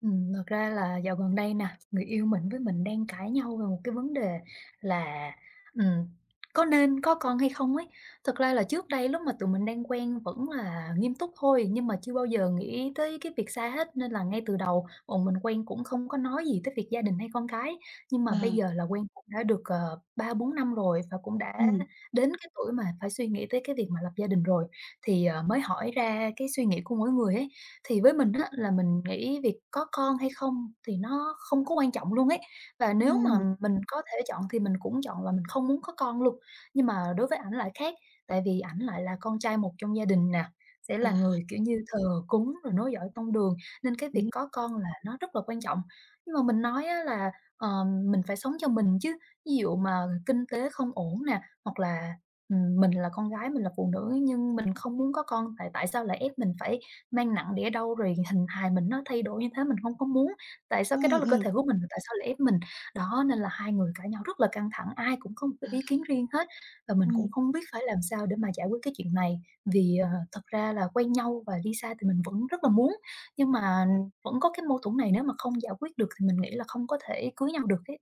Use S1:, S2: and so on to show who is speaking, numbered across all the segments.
S1: Thật ra là dạo gần đây nè, người yêu mình với mình đang cãi nhau về một cái vấn đề là, ừm, có nên có con hay không ấy. Thật ra là trước đây lúc mà tụi mình đang quen vẫn là nghiêm túc thôi, nhưng mà chưa bao giờ nghĩ tới cái việc xa hết, nên là ngay từ đầu bọn mình quen cũng không có nói gì tới việc gia đình hay con cái. Nhưng mà bây
S2: À,
S1: giờ là quen cũng đã được, 3-4 năm rồi và cũng đã
S2: ừm,
S1: đến cái tuổi mà phải suy nghĩ tới cái việc mà lập gia đình rồi, thì, mới hỏi ra cái suy nghĩ của mỗi người ấy. Thì với mình á là mình nghĩ việc có con hay không thì nó không có quan trọng luôn ấy, và nếu mà
S2: ừm,
S1: mình có thể chọn thì mình cũng chọn là mình không muốn có con luôn. Nhưng mà đối với ảnh lại khác, tại vì ảnh lại là con trai một trong gia đình nè, sẽ
S2: à,
S1: là người, kiểu như, thờ cúng rồi nối dõi tông đường, nên cái việc
S2: đúng,
S1: có con là nó rất là quan trọng. Nhưng mà mình nói á là, ờ, mình phải sống cho mình chứ, ví dụ mà kinh tế không ổn nè, hoặc là, mình là con gái, mình là phụ nữ nhưng mình không muốn có con tại tại sao lại ép mình phải mang nặng đĩa đau rồi hình hài mình nó thay đổi như thế mình hông có muốn, tại sao cái
S2: ừm,
S1: đó là cơ
S2: ừm,
S1: thể của mình, tại sao lại ép mình? Đó, nên là hai người cãi nhau rất là căng thẳng, ai cũng có một cái ý
S2: à,
S1: kiến riêng hết và mình cũng
S2: ừm,
S1: không biết phải làm sao để mà giải quyết cái chuyện này. Vì, thật ra là quen nhau và đi xa thì mình vẫn rất là muốn, nhưng mà vẫn có cái mâu thuẫn này nếu mà không giải quyết được thì mình nghĩ là không có thể cưới nhau được ấy.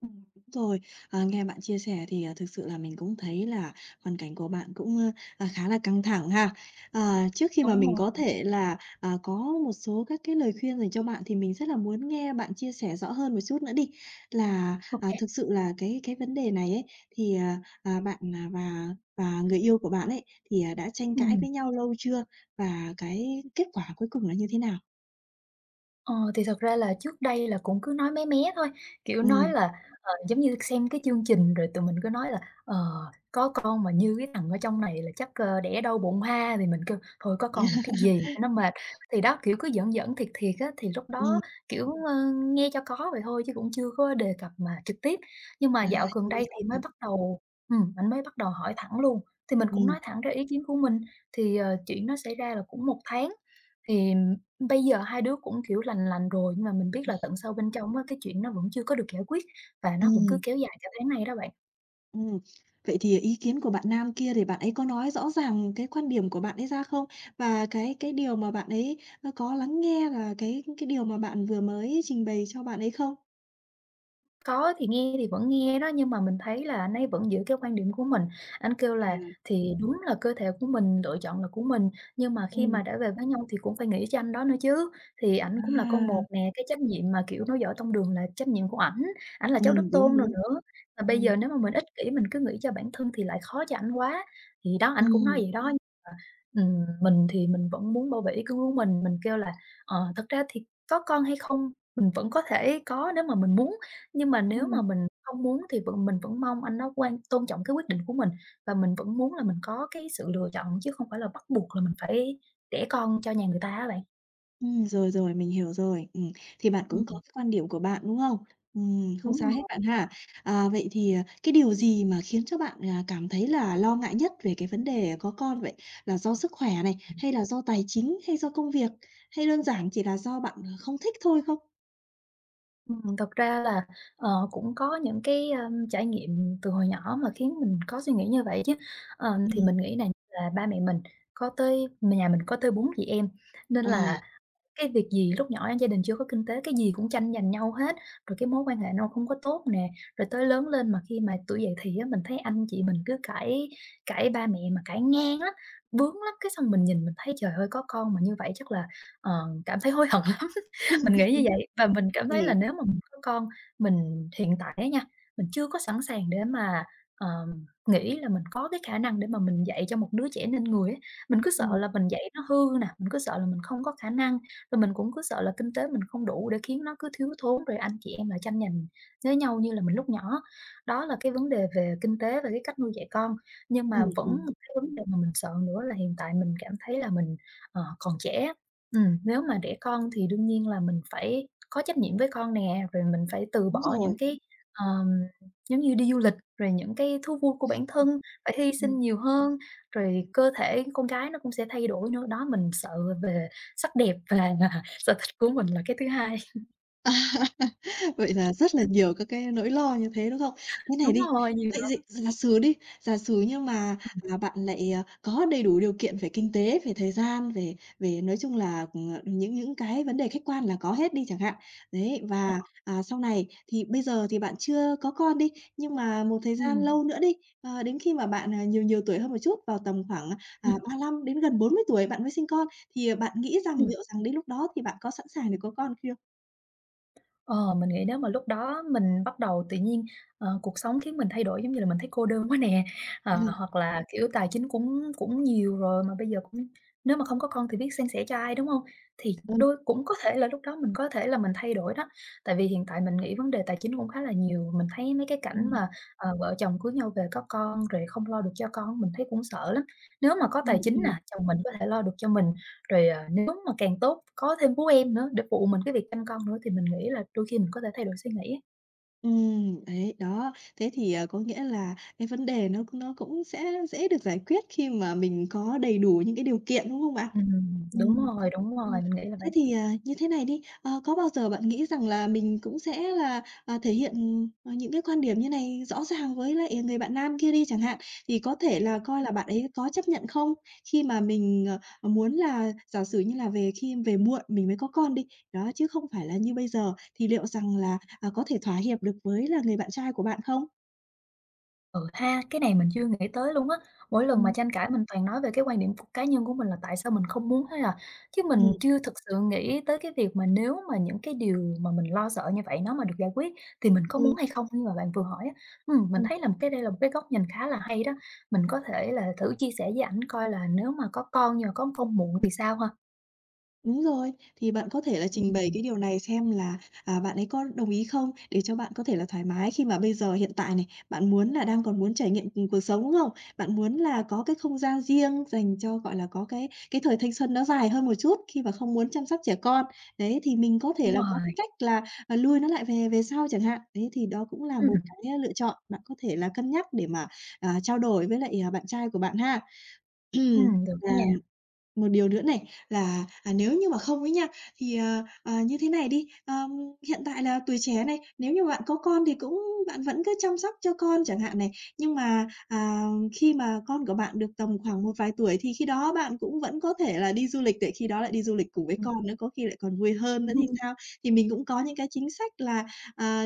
S2: đúng rồi. À, nghe bạn chia sẻ thì, thực sự là mình cũng thấy là hoàn cảnh của bạn cũng, khá là căng thẳng ha. À, trước khi mà
S1: Đúng
S2: mình
S1: rồi.
S2: có thể là, có một số các cái lời khuyên dành cho bạn thì mình rất là muốn nghe bạn chia sẻ rõ hơn một chút nữa đi, là,
S1: Ô kê.
S2: thực sự là cái vấn đề này ấy, thì, bạn, và người yêu của bạn ấy thì, đã tranh cãi
S1: Ừm.
S2: với nhau lâu chưa? Và cái kết quả cuối cùng là như thế nào?
S1: Ờ, thì thật ra là trước đây là cũng cứ nói mé mé thôi, kiểu, nói
S2: Ừm.
S1: là, giống như xem cái chương trình rồi tụi mình cứ nói là "Ờ, có con mà như cái thằng ở trong này là chắc, đẻ đau bụng ha", thì mình kêu "Thôi có con làm cái gì cho nó mệt." Thì đó, kiểu, cứ giỡn giỡn, thiệt thiệt á, thì lúc đó,
S2: Ừm,
S1: kiểu, nghe cho có vậy thôi chứ cũng chưa có đề cập mà trực tiếp. Nhưng mà
S2: à,
S1: dạo gần
S2: chưa nói
S1: đây
S2: rõ
S1: thì mới
S2: ràng.
S1: bắt đầu ảnh mới bắt đầu hỏi thẳng luôn, thì mình cũng nói
S2: Ừm,
S1: thẳng ra ý kiến của mình, thì, chuyện nó xảy ra là cũng một tháng. Thì bây giờ hai đứa cũng, kiểu, lành lành rồi, nhưng mà mình biết là tận sâu bên trong á, cái chuyện nó vẫn chưa có được giải quyết và nó vẫn cứ
S2: ừm,
S1: kéo dài cả tháng nay đó bạn.
S2: ừm. Vậy thì ý kiến của bạn nam kia thì bạn ấy có nói rõ ràng cái quan điểm của bạn ấy ra không? Và cái điều mà bạn ấy, có lắng nghe là cái điều mà bạn vừa mới trình bày cho bạn ấy không?
S1: Có, thì nghe thì vẫn nghe đó, nhưng mà mình thấy là anh ấy vẫn giữ cái quan điểm của mình. Anh kêu
S2: À,
S1: là "Thì đúng là cơ thể của mình, lựa chọn là của mình, nhưng mà khi mà
S2: ừm,
S1: đã về với nhau thì cũng phải nghĩ cho anh đó nữa chứ. Thì ảnh cũng là con
S2: à,
S1: một nè, cái trách nhiệm mà, kiểu, nói dõi tông đường là trách nhiệm của ảnh, ảnh là cháu đích
S2: đúng,
S1: tôn rồi
S2: đúng.
S1: nữa. Mà bây
S2: Ừm,
S1: giờ nếu mà mình ích kỷ, mình cứ nghĩ cho bản thân thì lại khó cho ảnh quá." Thì đó, ảnh cũng nói
S2: ừm,
S1: vậy đó, nhưng mà, mình thì mình vẫn muốn bảo vệ ý kiến của mình. Mình kêu là "Ờ, thật ra thì có con hay không mình vẫn có thể có nếu mà mình muốn." Nhưng mà nếu mà
S2: ừm.
S1: mình không muốn thì mình vẫn mong anh nó tôn trọng cái quyết định của mình, và mình vẫn muốn là mình có cái sự lựa chọn chứ không phải là bắt buộc là mình phải đẻ con cho nhà người ta á bạn.
S2: Rồi, rồi, mình hiểu rồi. Thì bạn cũng
S1: Ừm,
S2: có cái quan điểm của bạn, đúng không? Không
S1: đúng
S2: sao hết
S1: rồi.
S2: bạn ha. À, vậy thì, cái điều gì mà khiến cho bạn, cảm thấy là lo ngại nhất về cái vấn đề có con vậy? Là do sức khỏe này, hay là do tài chính, hay do công việc, hay đơn giản chỉ là do bạn, không thích thôi không?
S1: Thật ra là, cũng có những cái, trải nghiệm từ hồi nhỏ mà khiến mình có suy nghĩ như vậy chứ.
S2: Ừm,
S1: Thì mình nghĩ này là ba mẹ mình có tới nhà mình có tới 4 chị em, nên
S2: ờ.
S1: là cái việc gì lúc nhỏ gia đình chưa có kinh tế, cái gì cũng tranh giành nhau hết, rồi cái mối quan hệ nó không có tốt nè. Rồi tới lớn lên mà khi mà tuổi dậy thì á, mình thấy anh chị mình cứ cãi cãi ba mẹ mà cãi ngang lắm, bướng lắm, cái xong mình nhìn mình thấy trời ơi, có con mà như vậy chắc là, ờ, cảm thấy hối hận lắm. Mình nghĩ như vậy và mình cảm thấy là
S2: Ừm,
S1: nếu mà mình có con, mình hiện tại á nha, mình chưa có sẵn sàng để mà, ờ, nghĩ là mình có cái khả năng để mà mình dạy cho một đứa trẻ nên người á. Mình cứ sợ
S2: ừm,
S1: là mình dạy nó hư nè, mình cứ sợ là mình không có khả năng. Rồi mình cũng cứ sợ là kinh tế mình không đủ để khiến nó cứ thiếu thốn, rồi anh chị em lại tranh giành với nhau như là mình lúc nhỏ. Đó là cái vấn đề về kinh tế và cái cách nuôi dạy con. Nhưng
S2: ừm,
S1: mà
S2: ừm,
S1: vẫn cái vấn đề mà mình sợ nữa là hiện tại mình cảm thấy là mình, còn trẻ. Nếu mà đẻ con thì đương nhiên là mình phải có trách nhiệm với con nè, rồi mình phải từ
S2: đúng
S1: bỏ
S2: rồi.
S1: những cái, ờm, giống như đi du lịch, rồi những cái thú vui của bản thân, phải hy sinh nhiều hơn, rồi cơ thể con gái nó cũng sẽ thay đổi nữa. Đó, mình sợ về sắc đẹp và sở thích của mình là cái thứ hai.
S2: Vậy là rất là nhiều các cái nỗi lo như thế, đúng không? Thế này
S1: Đúng
S2: đi,
S1: rồi, nhiều
S2: vậy dị
S1: lắm.
S2: giả sử đi, giả sử nhưng mà, bạn lại, có đầy đủ điều kiện về kinh tế, về thời gian, về về nói chung là, những cái vấn đề khách quan là có hết đi chẳng hạn. Đấy, và, sau này thì bây giờ thì bạn chưa có con đi, nhưng mà một thời gian
S1: Ừm,
S2: lâu nữa đi, đến khi mà bạn, nhiều nhiều tuổi hơn một chút, vào tầm khoảng,
S1: ừm,
S2: 35 đến gần 40 tuổi bạn mới sinh con, thì, bạn nghĩ rằng
S1: ừm.
S2: liệu rằng đến lúc đó thì bạn có sẵn sàng để có con chưa?
S1: Ờ, mình nghĩ nếu mà lúc đó mình bắt đầu tự nhiên, cuộc sống khiến mình thay đổi, giống như là, mình thấy cô đơn quá nè, hoặc là, kiểu, tài chính cũng cũng nhiều rồi mà bây giờ cũng nếu mà không có con thì biết san sẻ cho ai, đúng không? Thì
S2: Ờ.
S1: đôi cũng có thể là lúc đó mình có thể là mình thay đổi đó, tại vì hiện tại mình nghĩ vấn đề tài chính cũng khá là nhiều, mình thấy mấy cái cảnh
S2: Ừm,
S1: mà, vợ chồng cưới nhau về có con rồi không lo được cho con, mình thấy cũng sợ lắm. Nếu mà có tài
S2: ừm,
S1: chính nè,
S2: ừm.
S1: chồng mình có thể lo được cho mình, rồi, nếu mà càng tốt, có thêm bố em nữa để phụ mình cái việc chăm con nữa thì mình nghĩ là đôi khi mình có thể thay đổi suy nghĩ ấy.
S2: Đấy, đó. Thế thì, có nghĩa là cái vấn đề nó cũng sẽ dễ được giải quyết khi mà mình có đầy đủ những cái điều kiện, đúng không bạn? Ừm,
S1: Đúng
S2: ừm.
S1: rồi, mình nghĩ là vậy.
S2: Thế thì, như thế này đi, có bao giờ bạn nghĩ rằng là mình cũng sẽ là, thể hiện, những cái quan điểm như này rõ ràng với lại người bạn nam kia đi chẳng hạn, thì có thể là coi là bạn ấy có chấp nhận không? Khi mà mình, muốn là giả sử như là về muộn mình mới có con đi, đó, chứ không phải là như bây giờ. Thì liệu rằng là, có thể thỏa hiệp được với là người bạn trai của bạn không?
S1: Ừ ha, cái này mình chưa nghĩ tới luôn á, mỗi lần mà
S2: Ừm.
S1: tranh cãi mình toàn nói về cái quan điểm của cá nhân của mình là tại sao mình không muốn hay à, chứ
S2: Ừm,
S1: mình chưa thực sự nghĩ tới cái việc mà nếu mà những cái điều mà mình lo sợ như vậy nó mà được giải quyết thì mình có muốn
S2: ừm.
S1: hay không như mà bạn vừa hỏi á. Mình thấy là một cái đây là một cái góc nhìn khá là hay đó, mình có thể là thử chia sẻ với ảnh coi là nếu mà có con nhưng mà có con muộn thì sao ha?
S2: Đúng rồi, thì bạn có thể là trình bày
S1: Ừm,
S2: cái điều này xem là, bạn ấy có đồng ý không? Để cho bạn có thể là thoải mái khi mà bây giờ hiện tại này, bạn muốn là đang còn muốn trải nghiệm, cuộc sống, đúng không? Bạn muốn là có cái không gian riêng dành cho, gọi là, có cái thời thanh xuân nó dài hơn một chút khi mà không muốn chăm sóc trẻ con. Đấy, thì mình có thể
S1: đúng
S2: là có
S1: rồi.
S2: cái cách là, lui nó lại về về sau chẳng hạn. Đấy, thì đó cũng là một
S1: Ừm,
S2: cái, lựa chọn bạn có thể là cân nhắc để mà, trao đổi với lại, bạn trai của bạn ha.
S1: được đó
S2: Và
S1: nha.
S2: một điều nữa này là, nếu như mà không ấy nha, thì, như thế này đi, hiện tại là tuổi trẻ này, nếu như bạn có con thì cũng bạn vẫn cứ chăm sóc cho con chẳng hạn này, nhưng mà, khi mà con của bạn được tầm khoảng một vài tuổi thì khi đó bạn cũng vẫn có thể là đi du lịch, để khi đó lại đi du lịch cùng với
S1: Ừm.
S2: con nữa, có khi lại còn vui hơn nữa thì sao? Thì mình cũng có những cái chính sách là, à,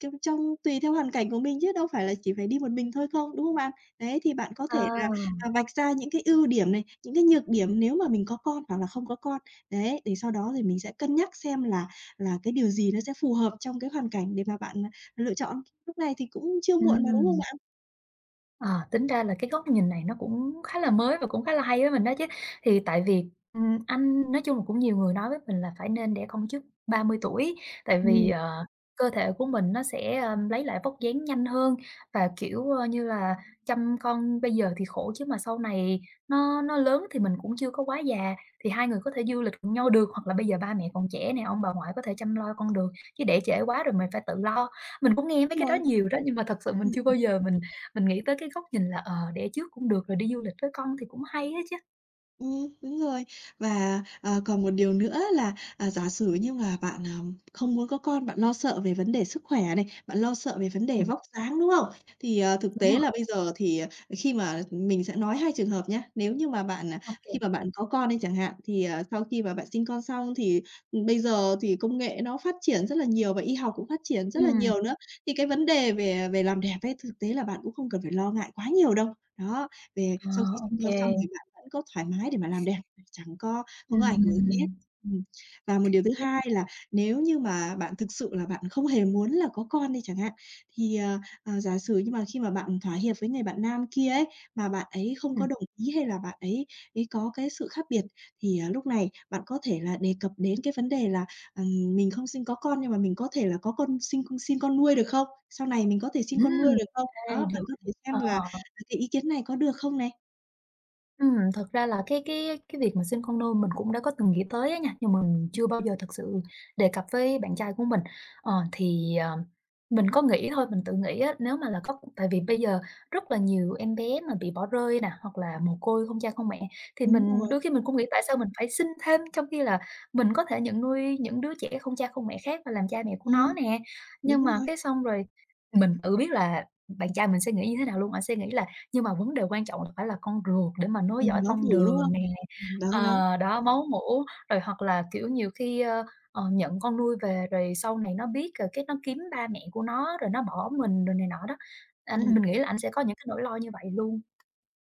S2: trong trong tùy theo hoàn cảnh của mình chứ đâu phải là chỉ phải đi một mình thôi không, đúng không bạn? Đấy, thì bạn có
S1: Ờ,
S2: thể là vạch ra những cái ưu điểm này, những cái nhược điểm nếu mà mình có con hoặc là không có con. Đấy, để sau đó thì mình sẽ cân nhắc xem là cái điều gì nó sẽ phù hợp trong cái hoàn cảnh để mà bạn, lựa chọn. Lúc này thì cũng chưa muộn mà, đúng không
S1: ừm.
S2: bạn?
S1: Ờ, tính ra là cái góc nhìn này nó cũng khá là mới và cũng khá là hay với mình đó chứ. Thì tại vì, anh nói chung là cũng nhiều người nói với mình là phải nên đẻ con trước 30 tuổi, tại vì,
S2: Ừm,
S1: cơ thể của mình nó sẽ, lấy lại vóc dáng nhanh hơn và, kiểu, như là chăm con bây giờ thì khổ chứ mà sau này nó lớn thì mình cũng chưa có quá già, thì hai người có thể du lịch cùng nhau được, hoặc là bây giờ ba mẹ còn trẻ nè, ông bà ngoại có thể chăm lo con được, chứ để trễ quá rồi mình phải tự lo. Mình cũng nghe
S2: đúng
S1: mấy cái đó
S2: rồi.
S1: nhiều đó, nhưng mà thật sự mình chưa bao
S2: Ừm.
S1: giờ mình nghĩ tới cái góc nhìn là, đẻ trước cũng được, rồi đi du lịch với con thì cũng hay á chứ.
S2: Ừ, đúng rồi. Và, còn một điều nữa là, giả sử như là bạn, không muốn có con, bạn lo sợ về vấn đề sức khỏe này, bạn lo sợ về vấn đề
S1: Ừm.
S2: vóc dáng, đúng không? Thì, thực
S1: Đúng
S2: tế
S1: rồi.
S2: là bây giờ thì, khi mà mình sẽ nói hai trường hợp nhé. Nếu như mà bạn,
S1: Ô kê.
S2: khi mà bạn có con đi chẳng hạn, thì, sau khi mà bạn sinh con xong thì, bây giờ thì công nghệ nó phát triển rất là nhiều và y học cũng phát triển rất là
S1: Ừm,
S2: nhiều nữa, thì cái vấn đề về về làm đẹp ấy, thực tế là bạn cũng không cần phải lo ngại quá nhiều đâu. Đó, về
S1: ờ,
S2: sau khi
S1: ô
S2: sinh con
S1: kê.
S2: xong thì bạn vẫn có thoải mái để mà làm đẹp, chẳng có không có ảnh hưởng gì hết.
S1: Ừm,
S2: Ừm. Và một điều thứ
S1: nhất
S2: hai là nếu như mà bạn thực sự là bạn không hề muốn là có con đi chẳng hạn, thì, giả sử nhưng mà khi mà bạn thỏa hiệp với người bạn nam kia ấy, mà bạn ấy không
S1: ừm,
S2: có đồng ý hay là bạn ấy ấy có cái sự khác biệt, thì, lúc này bạn có thể là đề cập đến cái vấn đề là, "Mình không sinh có con nhưng mà mình có thể là có con sinh sinh con nuôi được không? Sau này mình có thể sinh con
S1: ừm,
S2: nuôi được không?" Đó,
S1: ê, được.
S2: bạn có thể xem
S1: Ờ.
S2: là "À, cái ý kiến này có được không?" này.
S1: Thật ra là cái việc mà sinh con nuôi mình cũng đã có từng nghĩ tới á nha, nhưng mình chưa bao giờ thực sự đề cập với bạn trai của mình. Thì, mình có nghĩ thôi, mình tự nghĩ á, nếu mà là có tại vì bây giờ rất là nhiều em bé mà bị bỏ rơi nè, hoặc là mồ côi không cha không mẹ, thì
S2: Đúng
S1: mình
S2: rồi,
S1: đôi khi mình cũng nghĩ tại sao mình phải sinh thêm trong khi là mình có thể nhận nuôi những đứa trẻ không cha không mẹ khác và làm cha mẹ của
S2: ừm,
S1: nó nè.
S2: đúng
S1: Nhưng mà
S2: rồi,
S1: cái xong rồi mình tự biết là bạn trai mình sẽ nghĩ như thế nào luôn, ảnh sẽ nghĩ là nhưng mà vấn đề quan trọng là phải là con ruột để mà nối dõi
S2: nó
S1: tông
S2: bổ, đúng
S1: đường
S2: không?
S1: nè,
S2: Đó, đó,
S1: đó, máu mủ, rồi hoặc là, kiểu, nhiều khi, nhận con nuôi về rồi sau này nó biết rồi cái nó kiếm ba mẹ của nó, rồi nó bỏ mình rồi này nọ đó. Anh
S2: ừm.
S1: mình nghĩ là anh sẽ có những cái nỗi lo như vậy luôn.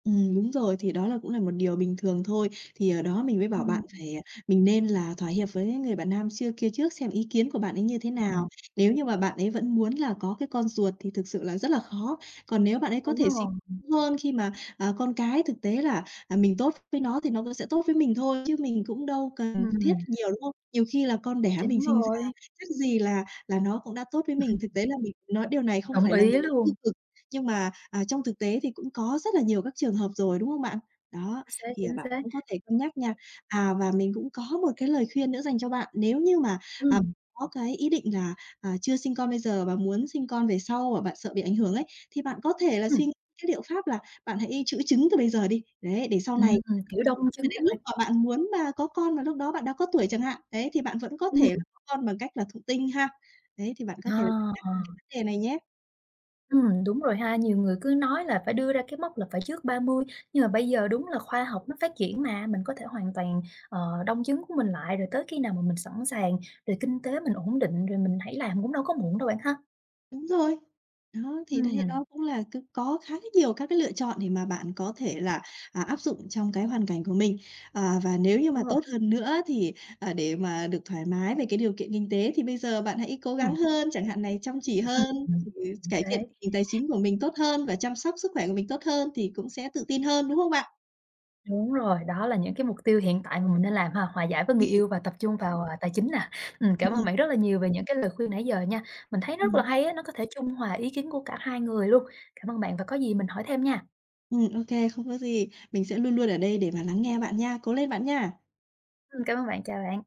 S2: Đúng rồi, thì đó là cũng là một điều bình thường thôi. Thì, ở đó mình mới bảo
S1: Ừm,
S2: bạn phải, mình nên là thỏa hiệp với người bạn nam xưa kia trước xem ý kiến của bạn ấy như thế
S1: ừm.
S2: nào. Nếu như mà bạn ấy vẫn muốn là có cái con ruột thì thực sự là rất là khó. Còn nếu bạn ấy có
S1: Đúng
S2: thể suy
S1: rồi.
S2: hơn khi mà, con cái thực tế là, mình tốt với nó thì nó cũng sẽ tốt với mình thôi, chứ mình cũng đâu cần thiết
S1: Ừm.
S2: nhiều, đúng không? Nhiều khi là con đẻ
S1: Thì
S2: mình
S1: đúng
S2: sinh ra
S1: rồi.
S2: chắc gì là nó cũng đã tốt với mình. Thực tế là mình nói điều này không
S1: Đồng
S2: phải là
S1: ý
S2: mình tiêu
S1: luôn.
S2: cực nhưng mà, trong thực tế thì cũng có rất là nhiều các trường hợp rồi, đúng không bạn? Đó,
S1: Chính xác,
S2: thì,
S1: chính
S2: bạn
S1: xác.
S2: cũng có thể cân nhắc nha. À, và mình cũng có một cái lời khuyên nữa dành cho bạn. Nếu như mà, à,
S1: Ừm,
S2: có cái ý định là, chưa sinh con bây giờ và muốn sinh con về sau và bạn sợ bị ảnh hưởng ấy, thì bạn có thể là suy
S1: ừm,
S2: nghĩ cái liệu pháp là bạn hãy chứng từ bây giờ đi. Đấy, để sau này
S1: kiểu, đông chứng
S2: đến
S1: á.
S2: lúc mà bạn muốn mà có con và lúc đó bạn đã có tuổi chẳng hạn, đấy, thì bạn vẫn có
S1: Ừm,
S2: thể là có con bằng cách là thụ tinh ha. Đấy, thì bạn có thể là cái
S1: à.
S2: vấn đề này nhé.
S1: Đúng rồi ha, nhiều người cứ nói là phải đưa ra cái mốc là phải trước 30 nhưng mà bây giờ đúng là khoa học nó phát triển mà, mình có thể hoàn toàn, đông trứng của mình lại, rồi tới khi nào mà mình sẵn sàng, rồi kinh tế mình ổn định rồi mình hãy làm cũng đâu có muộn đâu bạn ha.
S2: Đúng rồi. Đó, thì đấy, đó
S1: Ừm,
S2: cũng là cứ có khá nhiều các cái lựa chọn để mà bạn có thể là, áp dụng trong cái hoàn cảnh của mình. À, và nếu như
S1: đúng
S2: mà
S1: rồi,
S2: tốt hơn nữa thì, để mà được thoải mái về cái điều kiện kinh tế thì bây giờ bạn hãy cố gắng
S1: ừm,
S2: hơn, chẳng hạn này, chăm chỉ hơn,
S1: ừm,
S2: thì
S1: chính
S2: cải thiện
S1: xác,
S2: tình hình tài chính của mình tốt hơn và chăm sóc sức khỏe của mình tốt hơn thì cũng sẽ tự tin hơn, đúng không bạn?
S1: đúng rồi, đó là những cái mục tiêu hiện tại mà mình nên làm ha, hòa giải với người
S2: Ừm,
S1: yêu và tập trung vào, à, tài chính nè. Cảm ơn
S2: ừm,
S1: bạn rất là nhiều về những cái lời khuyên nãy giờ nha, mình thấy rất là
S2: ừm,
S1: hay á, nó có thể trung hòa ý kiến của cả hai người luôn. Cảm ơn bạn và có gì mình hỏi thêm nha.
S2: ô không có gì. Mình sẽ luôn luôn ở đây để mà lắng nghe bạn nha. Cố lên bạn nha!
S1: Cảm ơn bạn, chào bạn.